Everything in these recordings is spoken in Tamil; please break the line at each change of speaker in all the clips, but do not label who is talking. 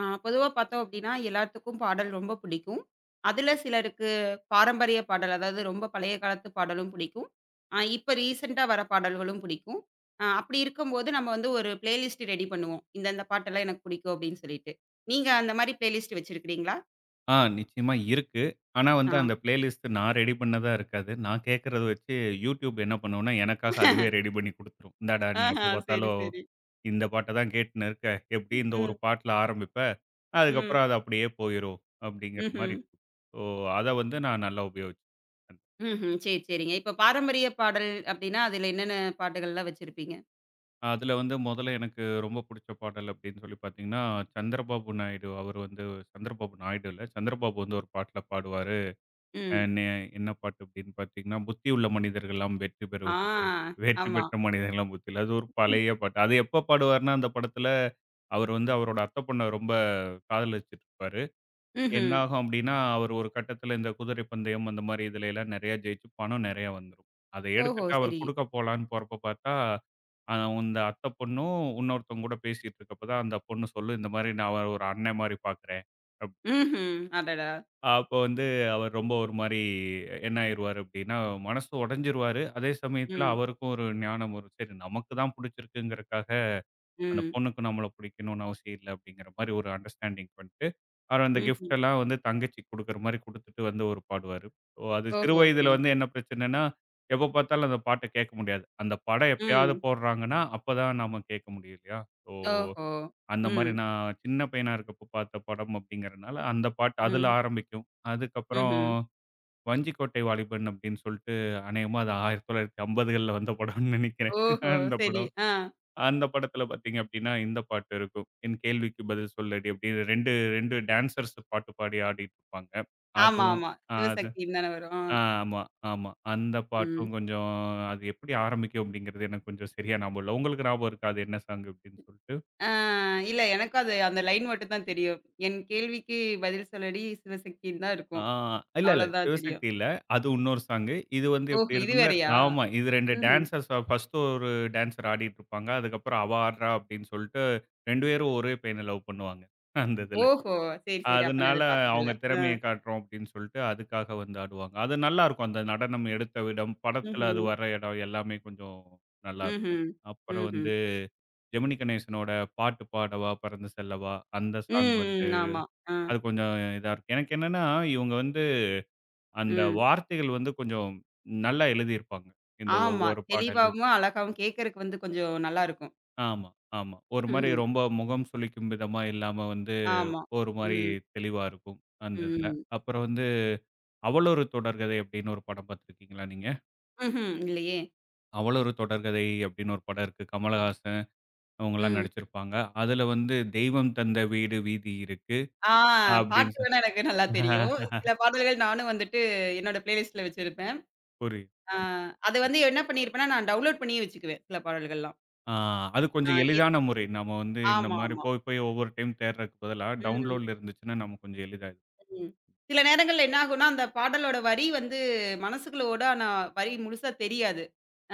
ஆ, பொதுவா பார்த்தோம் அப்டின்னா, எல்லாத்துக்கும் பாடல் ரொம்ப பிடிக்கும். அதுல சிலருக்கு பாரம்பரிய பாடல், அதாவது ரொம்ப பழைய காலத்து பாடலும் பிடிக்கும். இப்ப ரீசென்ட்டா வர பாடல்களும் பிடிக்கும். அப்படி இருக்கும்போது நம்ம வந்து ஒரு பிளேலிஸ்ட் ரெடி பண்ணுவோம். இந்த இந்த பாட்டெல்லாம் எனக்கு பிடிக்கும் அப்படின்னு சொல்லிட்டு. நீங்க அந்த மாரி பிளேலிஸ்ட் வச்சிருக்கிறீங்களா?
நிச்சயமா இருக்கு. ஆனா வந்து
ஆ.
அந்த பிளேலிஸ்ட் நான் ரெடி பண்ணதா இருக்காது. நான் கேட்கிறத வச்சு YouTube என்ன பண்ணும்னா, எனக்காக அதுவே ரெடி பண்ணி குடுத்துரும். இந்தாடா நீ
ஆஹா,
எப்ப
சரி,
பார்த்தாலும்
சரி.
இந்த பாட்ட தான் கேட்டுன்னு இருக்க. எப்படி
ம்,
இந்த ஒரு
ம்,
பாட்டுல ஆரம்பிப்ப, அதுக்கப்புறம் அது அப்படியே போயிரும் அப்படிங்கிற
ம்ஹ்ம்.
மாரி. ஸோ அத வந்து நான் நல்லா உபயோகிச்சேன்.
ம்ஹ்ம். சரி, சரிங்க. இப்ப பாரம்பரிய பாடல் அப்படின்னா, அதுல என்னென்ன பாட்டுகள்லாம் வச்சிருப்பீங்க?
அதுல வந்து முதல்ல எனக்கு ரொம்ப புடிச்ச பாடல் அப்படின்னு சொல்லி பார்த்தீங்கன்னா, சந்திரபாபு நாயுடு அவர் வந்து சந்திரபாபு நாயுடு இல்ல, சந்திரபாபு வந்து ஒரு பாட்டுல பாடுவாரு. அ
ம்.
நெ என்ன பாட்டு அப்படின்னு பார்த்தீங்கன்னா, புத்தி உள்ள மனிதர்கள்லாம் வெற்றி
ஆ,
பெறுவதில்லை. வெற்றி
ஆமா.
பெற்ற மனிதர்கள்லாம் புத்தி இல்ல. அது ஒரு
ம்.
பழைய பாட்டு. அது எப்ப பாடுவாருன்னா, அந்த படத்துல அவர் வந்து அவரோட அத்தை பொண்ண ரொம்ப காதலிச்சுட்டு இருப்பாரு.
ம்ஹ்ம்.
என்னாகும் அப்படின்னா, அவர் ஒரு கட்டத்துல இந்த குதிரை பந்தயம் அந்த மாரி இதுல எல்லாம் நெறைய ஜெயிச்சு பணம் நெறைய வந்துரும். அதை
ஓஹோ!
எடுத்துட்டு அவர்
சரி.
குடுக்க போலான்னு போறப்ப பார்த்தா, அ இந்த அத்தை பொண்ணும், இன்னொருத்தவங்க கூட பேசிட்டு இருக்கப்பதான் அந்த பொண்ணு சொல்லும், "இந்த மாரி நான் அவர ஒரு அண்ணன் மாரி பார்க்கிறேன்."
ம்ஹ்ம். அடடா!
அப்போ வந்து அவர் ரொம்ப ஒரு மாரி என்ன ஆயிருவாரு அப்டின்னா, மனசு உடைஞ்சிருவாரு. அதே சமயத்தில
ம்,
அவருக்கும் ஒரு ஞானம் வரும். சரி நமக்கு தான் புடிச்சிருக்குங்கிறக்காக, அந்த
ம்,
பொண்ணுக்கு நம்மள புடிக்கணும்னு அவசியம் இல்ல அப்டிங்கிற மாரி ஒரு அண்டர்ஸ்டாண்டிங் பண்ணிட்டு, அவர் அந்த
ம்ஹ்ம்.
கிஃப்ட் எல்லாம் வந்து தங்கச்சிக்கு குடுக்குற மாரி குடுத்துட்டு வந்து ஒரு பாடுவாரு. அது சிறு
ஓஹோ! சரி.
வயதில வந்து என்ன பிரச்சனைன்னா, எப்ப பார்த்தாலும் அந்த பாட்ட கேட்க முடியாது. அந்த படம் எப்பயாவது
ம்.
போடுறாங்கன்னா, அப்பதான் நாம கேட்க முடியும் இல்லையா? ஸோ
ஓஹோ!
அந்த மாரி
ம்,
நான் சின்ன பையனா இருக்கப்போ பார்த்த படம் அப்படிங்கிறனால, அந்த பாட்டு அதில
ம்,
ஆரம்பிக்கும். அதுக்கப்புறம்
ம்ஹ்ம்.
வஞ்சிக்கோட்டை வாலிபன் அப்படின்னு சொல்லிட்டு அநேகமா அது 1950கள்ல வந்த படம்னு நெனைக்கிறேன்.
ஓஹோ!
அந்த
சரி.
படம்.
ஆ.
அந்த படத்தில பார்த்தீங்க அப்படின்னா, இந்த பாட்டு இருக்கும். "என் கேள்விக்கு பதில் சொல்லடி" அப்படின்னு 2, 2 டான்சர்ஸ் பாட்டு பாடி ஆடிட்டுருப்பாங்க.
ஆமா,
அதுவும்
ஆமா.
அ அது
சிவசக்தின்னு தானே வரும். ஆ.
ஆ ஆமா, ஆமா. அந்த
ம்.
பாட்டும் கொஞ்சம் அது எப்படி ஆரம்பிக்கும் அப்படிங்கிறது எனக்கு கொஞ்சம் சரியா ஞாபகம் இல்ல. உங்களுக்கு ஞாபகம் இருக்கா? அது என்ன சாங் அப்படின்னு சொல்லிட்டு?
ஆ, இல்ல எனக்கும் அது அந்த லைன் மட்டும் தான் தெரியும். என் கேள்விக்கு பதில் சொல்லடி சிவசக்தின்னு தான்
ஆ
இருக்கும்.
இல்ல, இல்ல.
அவ்வளோதான் தெரியும்.
சிவசக்தி இல்ல. அது இன்னொரு சாங்கு. இது வந்து
ஓஹோ!
எப்படி
இது
இருக்கும்னா
வேறையா?
ஆமா. இது 2
ம்ஹ்ம்.
டான்ஸர்ஸ் ஃபர்ஸ்ட் ஒரு டான்ஸர் ஆடிட்டுருப்பாங்க. அதுக்கப்புறம் அவ ஆடுறா அப்படின்னு சொல்லிட்டு 2 பேரும் ஒரே பையன லவ் பண்ணுவாங்க. அந்த இதுல.
ஓஹோ! சரி, சரி. அப்ப நான்
அதனால
இத பார்த்ததில்ல.
அவங்க
ஆ.
திறமைய காட்டுறோம் அப்படின்னு சொல்லிட்டு அதுக்காக வந்து ஆடுவாங்க. அது நல்லாருக்கும். அந்த நடனம் எடுத்த விடம், படத்துல அது
ம்ஹ்ம்,
வர இடம் எல்லாமே கொஞ்சம் நல்லாருக்கும்.
ம்ஹ்ம்,
அப்புறம்
ம்ஹ்ம்.
வந்து ஜெமினி கணேசனோட "பாட்டு பாடவா பறந்து செல்லவா" அந்த சாங் வந்து
ம், ம். ஆமா. ஆ.
அது கொஞ்சம் இதா இருக்கும். எனக்கு என்னன்னா இவங்க வந்து அந்த
ம்.
வார்த்தைகள் வந்து கொஞ்சம் நல்லா எழுதியிருப்பாங்க. இந்த
ஆமா.
ஒவ்வொரு பாடலையும்.
தெளிவாவும், அழகாவும் கேட்கறக்கு வந்து கொஞ்சம் நல்லாருக்கும்.
ஆமா, ஆமா. ஒரு மாரி
ம்.
ரொம்ப முகம் சுளிக்கும் விதமா இல்லாம வந்து,
ஆமா.
ஒரு மாரி
ம்.
தெளிவா இருக்கும். அந்த இதுல.
ம்.
அப்புறம் வந்து "அவளொரு தொடர்கதை" அப்படின்னு ஒரு படம் பார்த்துருக்கீங்களா நீங்க?
ம்ஹ்ம். இல்லையே!
"அவளொரு தொடர்கதை" அப்படின்னு ஒரு படம் இருக்கு. கமலஹாசன் அவங்கலாம்
ம்.
நடிச்சிருப்பாங்க. அதுல வந்து "தெய்வம் தந்த வீடு வீதி இருக்கு"
ஆ,
அப்படின்னு
பாட்டு வேணா எனக்கு நல்லா தெரியும். சில பாடல்கள் நானும் வந்துட்டு என்னோட பிளேலிஸ்ட்ல வச்சிருப்பேன்.
புரியுது.
ஆ, அது வந்து என்ன பண்ணியிருப்பேன்னா, நான் டவுன்லோட் பண்ணியே வச்சுக்குவேன், சில பாடல்கள்லாம்.
ஆ அது
ஆ,
கொஞ்சம்
எ
எளிதான முறை. நம்ம வந்து இந்த
ஆமா,
மாரி
ஆமா.
போய் போய் ஒவ்வொரு டைம் தேடுறதுக்கு பதிலா,
ம்,
டவுன்லோட்ல இருந்துச்சுன்னா, நம்ம கொஞ்சம் எளிதா
ம். சில நேரங்கள்ல என்ன ஆகும்னா, அந்த பாடலோட வரி வந்து மனசுக்குள்ள ஓடும். ஆனா வரி முழுசா தெரியாது.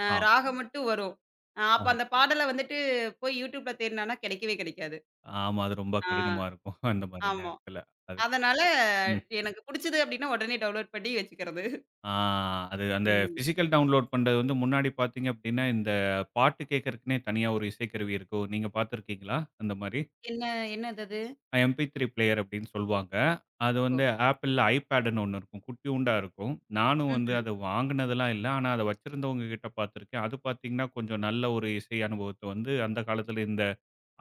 ஆம்,
ராகம் மட்டும் வரும். அப்ப
ஆம்.
அந்த பாடல வந்துட்டு போய் YouTubeல தேடுனேன்னா, கிடைக்கவே கிடைக்காது.
ஆமா. அது ரொம்ப
ஆ,
கடினமா இருக்கும். அந்த மாரி
ஆமா.
நேரத்துல. அது
அதனால
ம்.
எனக்கு புடிச்சது அப்டின்னா உடனே டவுன்லோட் பண்ணி வச்சுக்கிறது.
ஆ அது அந்த
ம்.
பிசிக்கல் டவுன்லோட் பண்றது வந்து முன்னாடி பார்த்தீங்க அப்டின்னா, இந்த பாட்டு கேட்கறக்குன்னே தனியா ஒரு இசைக்கருவி இருக்கும். நீங்க பார்த்துருக்கீங்களா? அந்த மாரி.
என்ன என்னது அது?
MP3 பிளேயர் அப்டின்னு சொல்லுவாங்க. அது
ஓஹோ!
வந்து Appleல iPadன்னு ஒண்ணு இருக்கும். குட்டியூண்டா இருக்கும். நானும் வந்து
ம்ஹ்ம்.
அத வாங்குனதெல்லாம் இல்ல. ஆனா, அத வச்சிருந்தவங்க கிட்ட பார்த்துருக்கேன். அது பார்த்தீங்கன்னா, கொஞ்சம் நல்ல ஒரு இசை அனுபவத்த வந்து அந்த காலத்துல இந்த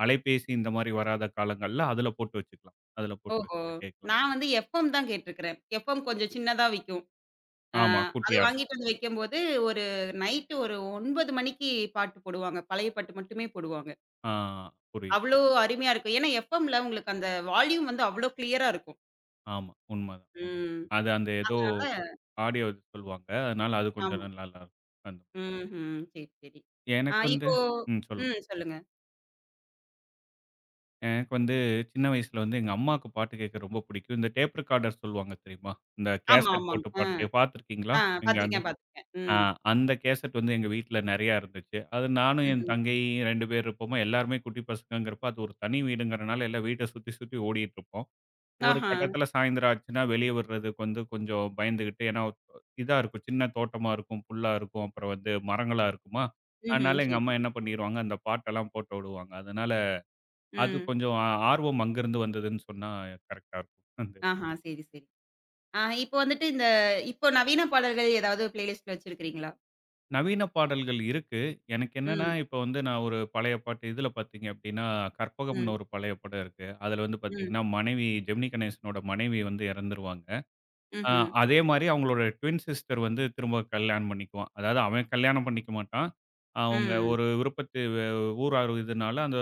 அலைபேசி இந்த மாரி வராத காலங்கள்ல அதுல போட்டு வச்சுக்கலாம். அதுல போட்டு
ஓஹோ!
வச்சுட்டு கேட்கலாம்.
நான் வந்து எஃப்எம் தான் கேட்டுருக்கிறேன். எஃப்எம் கொஞ்சம் சின்னதா விக்கும். அ
ஆமா.
அது
குட்டியா இருக்கும்.
வாங்கிட்டு வந்து வைக்கும்போது, ஒரு நைட்டு ஒரு 9 மணிக்கு பாட்டு போடுவாங்க. பழைய பாட்டு மட்டுமே போடுவாங்க.
ஆ புரியுது.
அவ்ளோ அருமையா இருக்கும். ஏன்னா எஃப்எம்ல உங்களுக்கு அந்த வால்யூம் வந்து அவ்ளோ கிளியரா இருக்கும்.
ஆமா. உண்மதான்.
ம்.
அது அந்த ஏதோ
அதனால
ஆடியோ இது சொல்லுவாங்க. அதனால அது கொஞ்சம்
ஆமா.
நல்லாருக்கும். அந்த
ம்ஹ்ம். சரி, சரி. ஆ,
எனக்கு வந்து
இப்போ
ம். சொல்லுங்க.
ம். சொல்லுங்க.
எனக்கு வந்து சின்ன வயசுல வந்து எங்க அம்மாக்கு பாட்டு கேட்க ரொம்ப பிடிக்கும். இந்த டேப் ரெக்கார்டர் சொல்லுவாங்க தெரியுமா? இந்த
ஆமா,
கேசெட்
ஆமாங்க.
போட்டு
ஆ.
பாட்டு பார்த்துருக்கீங்களா?
ஆ,
நீங்க அந்த
பார்த்துருக்கேன், பார்த்துருக்கேன்.
ஆ
ம்.
அந்த கேசெட் வந்து எங்க வீட்ல நெறையா இருந்துச்சு. அது நானும் என்
ம்ஹ்ம்.
தங்கையும் 2 பேர் இருப்போமா, எல்லாருமே குட்டி பசங்கங்கிறப்ப அது ஒரு தனி வீடுங்கிறனால எல்லாம் வீட்ட சுத்தி, சுத்தி ஓடிட்டு இருப்போம். ஒரு
ஆஹா.
கட்டத்துல சாயந்தரம் ஆச்சுன்னா, வெளிய விடுறதுக்கு வந்து கொஞ்சம் பயந்துகிட்டு, ஏன்னா இதா இருக்கும். சின்ன தோட்டமா இருக்கும், புல்லா இருக்கும். அப்புறம் வந்து மரங்களா இருக்குமா,
ம்ஹ்ம்.
அதனால எங்க அம்மா
சரி.
என்ன பண்ணிருவாங்க, அந்த பாட்டெல்லாம் போட்டு விடுவாங்க. அதனால அது
ம்.
கொஞ்சம் ஆர்வம் அங்கருந்து வந்ததுன்னு சொன்னா கரெக்ட்டா இருக்கும். அந்த
ஆஹா. சரி, சரி. ஆ, இப்போ வந்துட்டு இப்போ நவீன பாடல்கள் ஏதாவது பிளேலிஸ்ட்ல வச்சிருக்கிறீங்களா?
நவீன பாடல்கள் இருக்கு. எனக்கு என்னன்னா,
ம்.
இப்ப வந்து நான் ஒரு பழைய பாட்டு இதுல பார்த்தீங்க அப்டின்னா, கற்பகம்னு
ம்.
ஒரு பழைய படம் இருக்கு. அதுல வந்து
ம்.
பார்த்தீங்கன்னா, மனைவி ஜெமினி கணேசனோட மனைவி வந்து இறந்துருவாங்க. ஆ
ம்ஹ்ம்.
அதே மாரி அவங்களோட ட்வின் சிஸ்டர் வந்து திரும்ப கல்யாணம் பண்ணிக்குவான். அதாவது அவன் கல்யாணம் பண்ணிக்க மாட்டான். அவங்க
ம்.
ஒரு விருப்பத்து ஊரார் இதுனால அந்த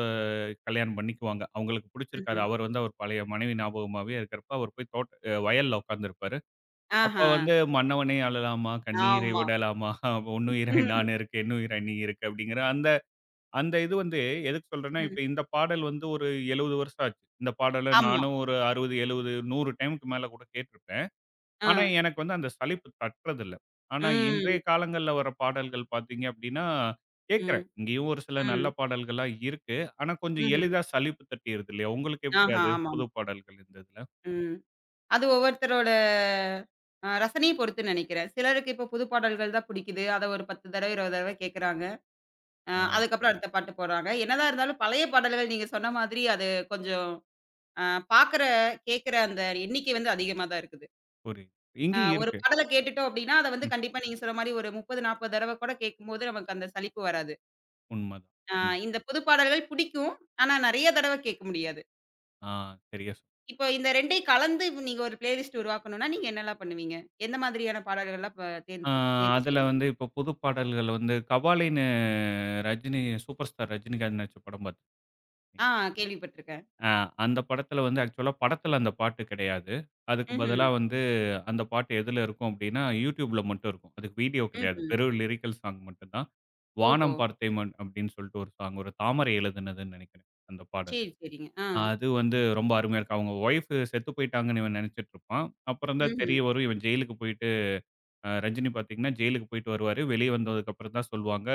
கல்யாணம் பண்ணிக்குவாங்க. அவங்களுக்கு பிடிச்சிருக்காது.
ம்ஹ்ம்.
அவர் வந்து அவர் பழைய மனைவி ஞாபகமாவே இருக்கிறப்ப, அவர் போய் தோட்ட வயல்ல உட்கார்ந்திருப்பாரு. அப்ப
ஆஹா.
வந்து "மன்னவனே அழலாமா, கண்ணீரை
ஆமா.
விடலாமா, உன்னுயிராய் நான் இருக்க, என்னுயிராய் நீ இருக்க" அப்படிங்கிற அந்த அந்த இது வந்து எதுக்கு சொல்றேன்னா,
ம்.
இப்ப இந்த பாடல் வந்து ஒரு 70 வருஷம் ஆச்சு. இந்த பாடல
ஆமா.
நானும் ஒரு 60, 70, 100 டைமுக்கு மேல கூட கேட்டிருப்பேன்.
ஆ.
ஆனா, எனக்கு வந்து அந்த சலிப்பு தட்டுறதில்ல. ஆனா, இன்றைய
ம்.
காலங்கள்ல வர பாடல்கள் பார்த்தீங்க அப்படின்னா,
ம்.
கேட்கிறேன். இங்கேயும் ஒரு சில நல்ல
ம்.
பாடல்கள்லாம் இருக்கு. ஆனா, கொஞ்சம்
ம்ஹ்ம்.
எளிதா சலிப்பு தட்டிருது இல்லையா? உங்களுக்கு எப்படி
ஆஹா.
அது
ஆமாமா.
புது பாடல்கள் இந்த இதுல?
ம். அது ஒவ்வொருத்தரோட ரசனைய பொறுத்துன்னு நெனைக்கிறேன். சிலருக்கு இப்போ புது பாடல்கள் தான் புடிக்குது. அத ஒரு 10 தடவ, 20 தடவ கேட்கறாங்க.
ஆ
அதுக்கப்புறம் அடுத்த பாட்டு போடுறாங்க. என்னதான் இருந்தாலும் பழைய பாடல்கள் நீங்க சொன்ன மாதிரி அது கொஞ்சம் அ பார்க்குற, கேட்குற அந்த எண்ணிக்கை வந்து அதிகமா தான் இருக்குது.
புரியுது. இங்கேயும்
ஒரு
இருக்கு.
பாடல கேட்டுட்டோம் அப்டின்னா, அத வந்து
ம்.
கண்டிப்பா நீங்க சொன்ன மாரி ஒரு 30, 40 தடவ கூட கேட்கும்போது நமக்கு அந்த சலிப்பு வராது.
உண்மதான்.
அ
ம்.
இந்த புது பாடல்கள் பிடிக்கும். ஆனா நெறைய தடவ கேட்க முடியாது.
ஆ சரியா சொன்
இப்போ இந்த 2யும் கலந்து இப்ப நீங்க ஒரு பிளேலிஸ்ட் உருவாக்கணும்னா, நீங்க என்னலாம் பண்ணுவீங்க? எந்த மாதிரியான பாடல்கள்லாம்
ஆ
தேர்ந்து தேர்வு
அதுல
செய்வீங்க?
வந்து இப்போ புது பாடல்கள் வந்து கபாலின்னு ரஜினி சூப்பர் ஸ்டார் ரஜினிகாந்த் நடிச்ச படம் பார்த்துருக்கீங்களா?
ஆ, கேள்விப்பட்டுருக்கேன்.
அ அந்த படத்துல வந்து ஆக்சுவலா படத்துல அந்த பாட்டு கிடையாது. அதுக்கு
ம்ஹ்ம்.
பதிலா வந்து அந்த பாட்டு எதுல இருக்கும் அப்டின்னா, YouTubeல மட்டும் இருக்கும். அதுக்கு வீடியோ கிடையாது.
ம்ஹ்ம்.
வெறும் லிரிக்கல் சாங் மட்டும் தான்.
ஓஹோ!
"வானம் பார்த்தேமன்" அப்டின்னு சொல்லிட்டு ஒரு சாங் ஒரு தாமரை எழுதுனதுன்னு நெனைக்கிறேன் அந்த பாடல்.
சரி, சரிங்க. ஆ.
அது வந்து ரொம்ப அருமையா இருக்கும். அவங்க ஒய்ஃப் செத்து போயிட்டாங்கன்னு இவன் நெனச்சிட்டு இருப்பான். அப்புறம் தான்
ம்ஹ்ம்.
தெரிய வரும் இவன் ஜெயிலுக்கு போயிட்டு ரஜினி பார்த்தீங்கன்னா, ஜெயிலுக்கு போயிட்டு வருவாரு. வெளிய வந்ததுக்கப்புறம் தான் சொல்லுவாங்க,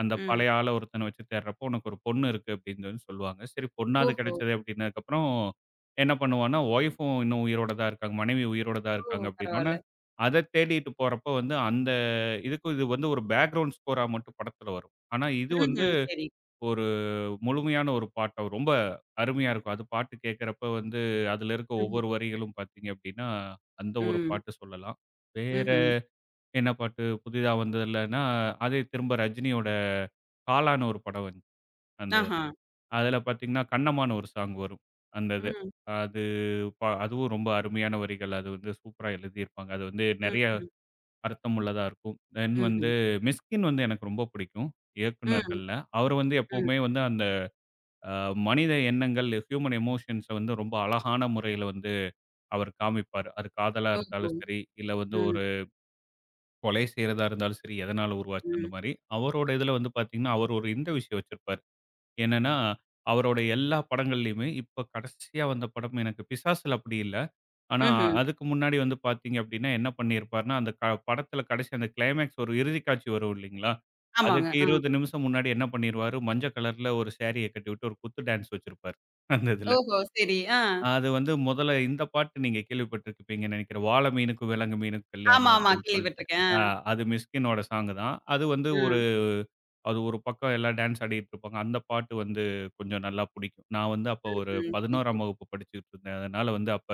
அந்த
ம்.
பழைய ஆள ஒருத்தன வச்சு தேடுறப்போ, "உனக்கு ஒரு பொண்ணு இருக்கு" அப்படின்னு சொல்லி சொல்லுவாங்க. சரி பொண்ணாவது
ஓஹோ!
கிடைச்சதே அப்படின்னதுக்கப்புறம், என்ன பண்ணுவான்னா, ஒய்ஃபும் இன்னும் உயிரோட தான் இருக்காங்க. மனைவி உயிரோட தான்
ஓ!
இருக்காங்க அப்படின்னோன,
பரவால்ல.
அத தேடிட்டு போறப்போ வந்து அந்த இதுக்கும் இது வந்து ஒரு பேக்கிரவுண்ட் ஸ்கோரா மட்டும் படத்துல வரும். ஆனா இது வந்து
ம்ஹ்ம். சரி.
ஒரு முழுமையான ஒரு பாட்டா ரொம்ப அருமையா இருக்கும். அது பாட்டு கேட்கறப்ப வந்து, அதுல இருக்க
ம்ஹ்ம்.
ஒவ்வொரு வரிகளும் பார்த்தீங்க அப்படின்னா, அந்த ஒரு
ம்.
பாட்டு சொல்லலாம். வேற
ம்ஹ்ம்.
என்ன பாட்டு புதிதா வந்ததுலன்னா, அதே திரும்ப ரஜினியோட காலான்னு ஒரு படம் வந்துச்சு. அந்த
ஆஹா.
அதுல பார்த்தீங்கன்னா, கண்ணம்மான்னு ஒரு சாங் வரும். அந்த இது.
ம்.
அது அதுவும் ரொம்ப அருமையான வரிகள். அது வந்து சூப்பரா எழுதியிருப்பாங்க. அது வந்து நெறைய
ம்ஹ்ம்.
அர்த்தம் உள்ளதா இருக்கும். தென் வந்து
ம்ஹ்ம்.
மிஸ்கின் வந்து எனக்கு ரொம்ப பிடிக்கும்.
ம்.
இயக்குனர்கள்ல. அவர் வந்து
ம்.
எப்பவுமே வந்து அந்த அ மனித எண்ணங்கள், ஹியூமன் எமோஷன்ஸ வந்து ரொம்ப அழகான முறையில வந்து அவர் காமிப்பாரு. அது காதலா
ஓஹோ!
இருந்தாலும் சரி, இல்ல வந்து
ம்.
ஒரு கொலை செய்றதா இருந்தாலும் சரி, எதனால உருவாச்சு அந்த
ம்.
மாரி. அவரோட இதுல வந்து பார்த்தீங்கன்னா, அவர் ஒரு இந்த விஷயம் வச்சிருப்பாரு. என்னன்னா, அவரோட எல்லா படங்கள்லயுமே இப்ப கடைசியா வந்த படம் எனக்கு பிசாசுல அப்படி இல்ல. ஆனா
ம்ஹ்ம்.
அதுக்கு முன்னாடி வந்து பார்த்தீங்க அப்படின்னா, என்ன பண்ணியிருப்பாருன்னா, அந்த படத்துல கடைசி அந்த கிளைமேக்ஸ் ஒரு இறுதி காட்சி வரும் இல்லைங்களா?
ஆமாங்க.
அதுக்கு
ஆ.
20 நிமிஷம் முன்னாடி என்ன பண்ணிருவாரு, மஞ்ச கலர்ல ஒரு சாரிய கட்டிவிட்டு ஒரு குத்து டான்ஸ் வச்சிருப்பாரு. அந்த இதுல.
ஓஹோ! சரி. ஆ.
அது வந்து முதல்ல இந்த பாட்டு நீங்க கேள்விப்பட்டிருப்பீங்கன்னு நினைக்கிறேன். "வாழ மீனுக்கும், விலங்கு மீனுக்கும்
ஆமா,
கல்யாணம்"
ஆமா.
அப்படின்னு சொல்லிட்டு. அ
கேள்விப்பட்டுருக்கேன்.
அது மிஸ்கினோட சாங் தான். அது வந்து ஒரு
ஆ.
அது ஒரு பக்கம் எல்லாம் டான்ஸ் ஆடிட்டு இருப்பாங்க. அந்த பாட்டு வந்து கொஞ்சம் நல்லா புடிக்கும். நான் வந்து
ம்ஹ்ம்.
அப்போ ஒரு
சரி, சரி.
11ஆம் வகுப்பு படிச்சுட்டு இருந்தேன். அதனால வந்து அப்ப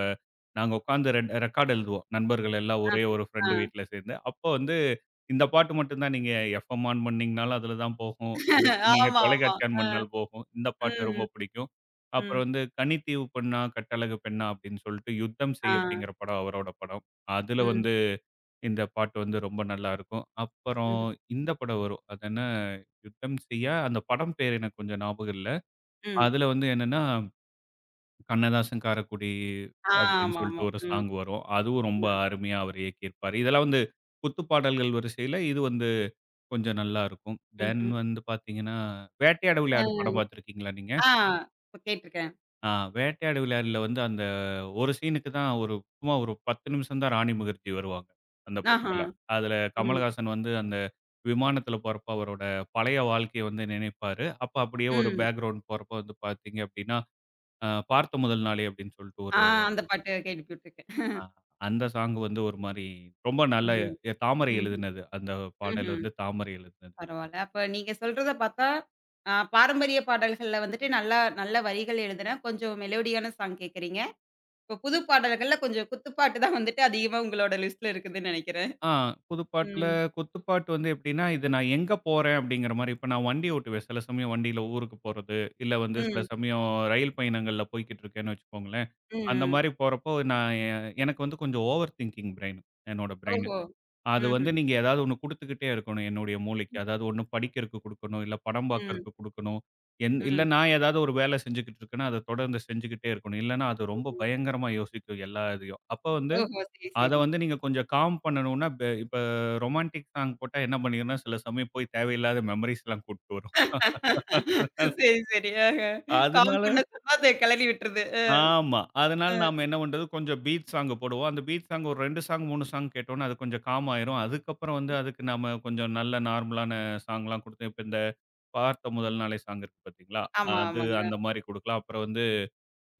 நாங்க உட்கார்ந்து ரெக்கார்ட் எழுதுவோம். நண்பர்கள் எல்லாம் ஒரே
ஆஹா.
ஒரு
ஆ.
ஃப்ரெண்டு வீட்ல சேர்ந்து. அப்போ வந்து இந்த பாட்டு மட்டும் தான் நீங்க எஃப்எம் ஆன் பண்ணீங்கனாலும் அதில தான் போகும். இந்த நீங்க
ஆமா, ஆமா.
தொலைக்காட்சி ஆன்
அ.
பண்ணாலும் போகும். இந்த பாட்டு ரொம்ப
ம்.
பிடிக்கும். அப்புறம்
ம்.
வந்து "கனித்தீவு பெண்ணா கட்டழகு பெண்ணா" அப்படின்னு சொல்லிட்டு "யுத்தம்
ஆ.
செய்" அப்படிங்கிற படம் அவரோட படம். அதில
ம்.
வந்து இந்த பாட்டு வந்து ரொம்ப நல்லாயிருக்கும். அப்புறம்
ம்ஹ்ம்.
இந்த படம் வரும். அது என்ன "யுத்தம் செய்யா" அந்த படம் பேர் எனக்கு கொஞ்சம் ஞாபகம் இல்ல.
ம்.
அதில வந்து என்னன்னா "கண்ணதாசன் காரக்குடி"
ஆ.
அப்படின்னு
ஆமாமா.
சொல்லிட்டு ஒரு
ம்.
சாங் வரும். அதுவும் ரொம்ப
ம்.
அருமையா அவர் இயக்கியிருப்பாரு. இதெல்லாம் வந்து குத்து பாடல்கள் வரிசையில இது வந்து கொஞ்சம் நல்லா இருக்கும். தென்
ம்ஹ்ம்.
வந்து பார்த்தீங்கன்னா, வேட்டையாடு
அ.
விளையாடு படம் பார்த்துருக்கீங்களா நீங்க?
ஆ. இப்ப கேட்டுருக்கேன்.
ஆ வேட்டையாடு விளையாடுல வந்து அந்த ஒரு சீனுக்கு தான் ஒரு சும்மா ஒரு 10 நிமிஷம் தான் ராணி முகர்ஜி வருவாங்க, அந்த
ஆஹா.
படத்துல. அதுல
ம்.
கமலஹாசன் வந்து அந்த விமானத்துல போறப்ப அவரோட பழைய வாழ்க்கைய வந்து நினைப்பாரு. அப்ப அப்படியே ஒரு
ம்.
பேக்கிரவுண்ட் போறப்ப வந்து பார்த்தீங்க அப்படின்னா, "பார்த்த முதல் நாளே" அப்படின்னு சொல்லிட்டு
ஆ,
ஒரு
அந்த பாட்டு கேள்விப்பட்டுருக்கேன்.
அ அந்த சாங் வந்து ஒரு மாரி ரொம்ப நல்ல
ம்.
தாமரை
ம்.
எழுதினது. அந்த பாடல்
ம்ஹ்ம்.
வந்து தாமரை எழுதினது.
பரவால்ல. அப்ப நீங்க சொல்றத பார்த்தா, பாரம்பரிய பாடல்கள்ல வந்துட்டு நல்லா நல்ல வரிகள் எழுதுன, கொஞ்சம் மெலோடியான சாங் கேட்கறீங்க. இப்ப புது பாடல்கள்ல கொஞ்சம் குத்துப்பாட்டு தான் வந்துட்டு அதிகமா உங்களோட லிஸ்ட்ல இருக்குதுன்னு நெனைக்கிறேன்.
ஆ குதுப்பாட்டுல
ம்.
குத்துப்பாட்டு வந்து எப்படின்னா, இது நான் எங்க போறேன் அப்படிங்கிற மாரி, இப்ப நான் வண்டி ஓட்டுவேன். சில சமயம் வண்டியில ஊருக்கு போறது, இல்ல வந்து சில
ம்.
சமயம் ரயில் பயணங்கள்ல போய்க்கிட்டு இருக்கேன்னு வச்சுக்கோங்களேன்.
ம்.
அந்த
ம்.
மாரி போறப்போ நான் எ எனக்கு வந்து கொஞ்சம் ஓவர் திங்கிங் பிரெயின் என்னோட பிரெயின்.
ஓஹோ!
அது வந்து
ம்ஹ்ம்.
நீங்க ஏதாவது ஒண்ணு குடுத்துக்கிட்டே இருக்கணும் என்னுடைய மூளைக்கு. அதாவது ஒண்ணு படிக்கிறக்கு குடுக்கணும், இல்ல படம்
ம்.
பார்க்கறக்கு குடுக்கணும். என் இல்ல
ம்.
நான் ஏதாவது ஒரு வேலை செஞ்சுக்கிட்டு இருக்கேன்னா, அத தொடர்ந்து செஞ்சுக்கிட்டே இருக்கணும். இல்லன்னா அது ரொம்ப
ம்ஹ்ம்.
பயங்கரமா யோசிக்கும் எல்லா இதையும். அப்ப வந்து
ஓஹோ! சரி,
அத
சரி.
வந்து நீங்க கொஞ்சம் காம் பண்ணணும்னா, இப்ப இப்ப ரொமான்டிக் சாங் போட்டா என்ன பண்ணிரும்னா, சில சமயம் போய் தேவையில்லாத மெமரீஸ்லாம் கூட்டிட்டு வரும்.
சரி, சரி. ஆஹ. காம்
அதனால
பண்ண சொன்னா அத கெளறி விட்டுருது. அ,
ஆமா. அதனால
அ.
நாம என்ன பண்றது, கொஞ்சம் பீட் சாங் போடுவோம். அந்த பீட் சாங் ஒரு 2 சாங், 3 சாங் கேட்டோம்னா, அது கொஞ்சம் காம் ஆயிரும். அதுக்கப்புறம் வந்து அதுக்கு நாம கொஞ்சம் நல்ல நார்மலான சாங்லாம் குடுத்து, இப்ப இந்த பார்த்த முதல் நாளே சாங் இருக்கு பார்த்தீங்களா?
ஆமா,
அது
ஆமாங்க.
அந்த மாரி குடுக்கலாம். அப்புறம் வந்து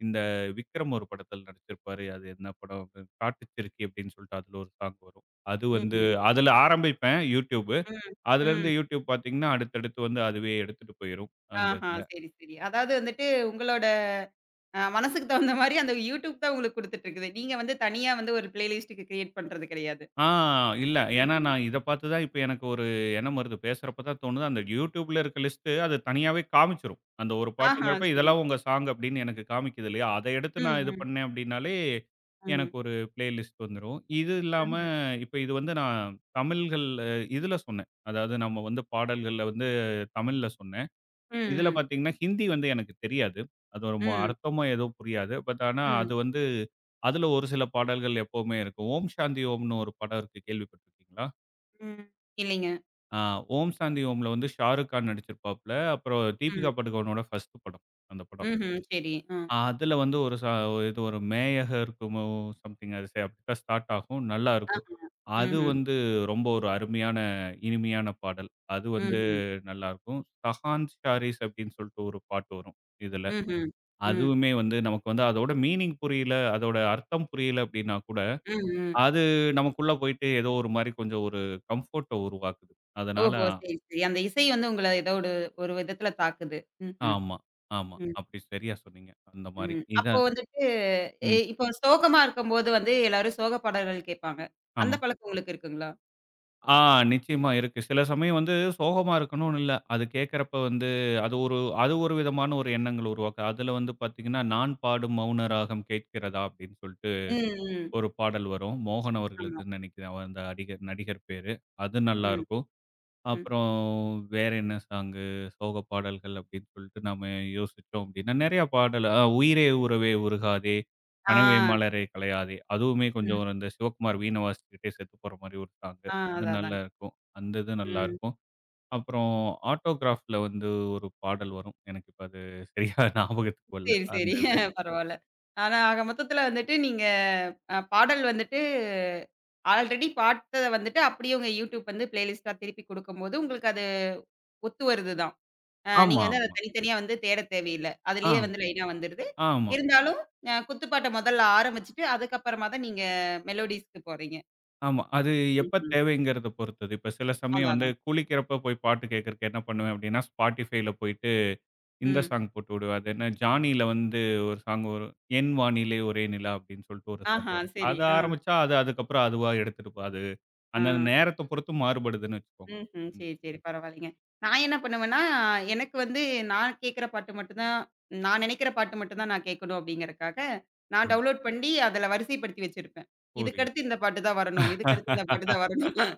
இந்த விக்ரம் ஒரு படத்துல நடிச்சிருப்பாரு. அது என்ன படம்? காட்டுச்சிருக்கி அப்படின்னு சொல்லிட்டு அதுல ஒரு சாங் வரும். அது வந்து
ம்ஹ்ம்.
அதுல ஆரம்பிப்பேன், YouTube.
ம். ம். ம்.
அதுலேருந்து YouTube பார்த்தீங்கன்னா, அடுத்தடுத்து வந்து அதுவே எடுத்துட்டு போயிரும். அந்த
ஆஹா.
இதுல.
சரி, சரி. அதாவது வந்துட்டு உங்களோட மனசுக்கு தகுந்த மாரி அந்த யூடியூப் தான் உங்களுக்கு குடுத்துட்டு இருக்குது. நீங்க வந்து தனியா வந்து ஒரு பிளேலிஸ்ட்டுக்கு கிரியேட் பண்றது கிடையாது.
ஆ இல்ல. ஏன்னா
ம்ஹ்ம்.
நான் இத பார்த்து தான் இப்ப எனக்கு ஒரு எண்ணம் வருது. பேசுறப்ப தான் தோணுது. அந்த YouTubeல இருக்க லிஸ்ட் அது தனியாவே காமிச்சுரும். அந்த ஒரு
ஆஹா!
பாட்டுங்கிறப்ப
சரி.
இதெல்லாம் உங்க சாங் அப்படின்னு எனக்கு காமிக்குது இல்லையா? அத எடுத்து
ம்,
நான் இது
ம்,
பண்ணேன் அப்படின்னாலே, எனக்கு
ம்,
ஒரு பிளேலிஸ்ட் வந்துரும். இது இல்லாம
ம்ஹ்ம்.
இப்ப இது வந்து நான் தமிழ்கள் இதுல சொன்னேன். அதாவது நம்ம வந்து பாடல்கள்ல வந்து தமிழ்ல சொன்னேன்.
ம்,
இதுல
ம்,
பார்த்தீங்கன்னா, ஹிந்தி வந்து எனக்கு தெரியாது. அது ஒரு
ம்,
அர்த்தமோ ஏதோ புரியாது. பட் ஆனா அது
ம்,
வந்து அதுல ஒரு சில பாடல்கள் எப்பவுமே இருக்கும். ஓம் சாந்தி ஓம்னு ஒரு படம் இருக்கு கேள்விப்பட்டிருக்கீங்களா?
ம். இல்லைங்க.
ஆ ஓம் சாந்தி ஓம்ல வந்து ஷாருக் கான் நடிச்சிருப்பாப்ல. அப்புறம்
ம்,
தீபிகா படுகோனோட ஃபர்ஸ்ட் படம் அந்த படம்.
ம்ஹ்ம். சரி. அ.
அதுல வந்து ஒரு சா இது ஒரு மேயக இருக்குமோ சம்திங் அது அப்படித்தான் ஸ்டார்ட் ஆகும். நல்லா இருக்கும்.
ஆஹா.
அது
ம்ஹ்ம்.
வந்து ரொம்ப ஒரு அருமையான, இனிமையான பாடல். அது வந்து
ம்ஹ்ம்.
நல்லாருக்கும். "சஹான் ஷாரிஸ்" அப்படின்னு சொல்லிட்டு ஒரு பாட்டு வரும் இதுல.
ம்ஹ்ம். ம்,
அதுவுமே வந்து நமக்கு வந்து அதோட மீனிங் புரியல, அதோட அர்த்தம் புரியல அப்படின்னா கூட,
ம், ம்.
அது நமக்குள்ள போயிட்டு ஏதோ ஒரு மாரி கொஞ்சம் ஒரு கம்ஃபோர்ட்ட உருவாக்குது. அதனால
ஓஹோ! சரி, சரி. அந்த இசை வந்து உங்கள ஏதோ ஒரு ஒரு விதத்துல தாக்குது. ம்ஹ்ம்.
ஆமா, ஆமா.
ம், ம்.
அப்படி சரியா சொன்னீங்க. அந்த மாரி.
ம். அப்போ
இதான்
வந்துட்டு
ம்.
இப்போ சோகமா இருக்கும்போது வந்து எல்லாரும் சோக பாடல்கள் கேட்பாங்க. அந்த
ஆமா.
பழக்கம் உங்களுக்கு இருக்குங்களா?
ஆ நிச்சயமா இருக்கு. சில சமயம் வந்து சோகமா இருக்கணும்னு இல்ல. அது கேட்கறப்ப வந்து அது ஒரு அது ஒரு விதமான ஒரு எண்ணங்கள் உருவாக்கும். அதுல வந்து பார்த்தீங்கன்னா, "நான் பாடும் மௌன ராகம் கேட்கிறதா" அப்படின்னு சொல்லிட்டு
ம், ம்.
ஒரு பாடல் வரும். மோகன்
ஆமா.
அவர்களதுன்னு நினைக்கிறேன். அவர் அந்த அடிகர் நடிகர் பேரு. அது
ம்,
நல்லாருக்கும்.
ம்.
அப்புறம் வேற என்ன சாங்கு? சோக பாடல்கள் அப்படின்னு சொல்லிட்டு நம்ம யோசிச்சோம் அப்படின்னா, நெறைய பாடல் "உயிரே உறவே உருகாதே, கனவே
ஆ,
மலரே கலையாதே" அதுவுமே கொஞ்சம்
ம்.
ஒரு இந்த சிவகுமார் வீணை வாசிச்சுக்கிட்டே செத்து போற மாரி ஒரு சாங்கு.
ஆ,
அது
அதான், அதாங்க.
நல்லாருக்கும். அந்த இது
ம்.
நல்லாருக்கும். அப்புறம் ஆட்டோகிராஃப்ல வந்து ஒரு பாடல் வரும். எனக்கு இப்ப அது சரியா ஞாபகத்துக்கு வரல.
சரி,
அந்த
சரி.
இது.
பரவால்ல. ஆனா ஆக மொத்தத்துல வந்துட்டு நீங்க பாடல் வந்துட்டு ஆல்ரெடி பாட்டத வந்துட்டு அப்படியே உங்க YouTube வந்து பிளேலிஸ்ட்டா திருப்பி குடுக்கும்போது, உங்களுக்கு அது ஒத்து வருது தான். நீங்க
ஆமா,
வந்து அத
ஆமா.
தனித்தனியா வந்து தேடத் தேவையில்ல.
ஆ,
அதிலேயே வந்து லைனா வந்துருது.
ஆமா,
இருந்தாலும் குத்துப்பாட்ட முதல்ல ஆரம்பிச்சுட்டு, அதுக்கப்புறமா தான் நீங்க மெலோடிஸ்க்கு போறீங்க.
ஆமா. அது எப்ப
ம்ஹ்ம்.
தேவைங்கிறத பொறுத்தது. இப்ப சில சமயம்
அதான்,
வந்து
அதான்.
குளிக்கிறப்ப போய் பாட்டு கேட்கறக்கு என்ன பண்ணுவேன் அப்படின்னா, Spotifyல போயிட்டு இந்த
ம்.
சாங் போட்டுவுடு. அது என்ன ஜானியில வந்து ஒரு சாங் வரும். "என் வானிலே ஒரே நிலா" அப்படின்னு சொல்லிட்டு ஒரு சாங்
ஆஹா,
வரும்.
சரி.
அத
ஆ,
ஆரம்பிச்சா அது அதுக்கப்புறம் அதுவா எடுத்துட்டு போ அது
ஆ.
அந்த நேரத்த பொறுத்து மாறுபடுதுன்னு வச்சுக்கோங்க.
ம்ஹ்ம்.
ம்,
சரி, சரி. பரவாயில்லைங்க. நான் என்ன பண்ணுவேன்னா, எனக்கு வந்து நான் கேட்கிற பாட்டு மட்டும் தான் நான் நினைக்கிற பாட்டு மட்டும் தான் நான் கேட்கணும் அப்படிங்கிறக்காக, நான்
ம்.
டவுன்லோட் பண்ணி அதில வரிசைப்படுத்தி வச்சிருப்பேன்.
புரியுது.
இதுக்கடுத்து இந்த பாட்டு தான் வரணும். இதுக்கடுத்து இந்த பாட்டு தான் வரணும்.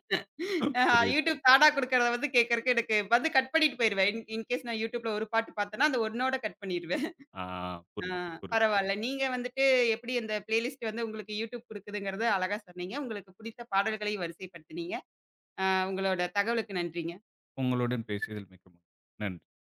அ
புரியுது.
யூடியூப் தானா குடுக்கறத வந்து கேட்கறக்கு எனக்கு வந்து கட் பண்ணிட்டு போயிருவேன். இன்கேஸ் நான் யூடியூப்ல ஒரு பாட்டு பார்த்தேன்னா, அந்த ஒண்ணோட கட் பண்ணிருவேன்.
ஆ
ஆ,
புரியுது, புரியுது.
பரவால்ல. நீங்க வந்துட்டு எப்படி இந்த பிளேலிஸ்ட் வந்து உங்களுக்கு யூடியூப் குடுக்குதுங்கிறத அழகா சொன்னீங்க. உங்களுக்கு பிடித்த பாடல்களையும் வரிசைப்படுத்தினீங்க. உங்களோட தகவலுக்கு நன்றிங்க.
உங்களுடன் பேசியதில் மிக்க மகிழ்ச்சி. நன்றி.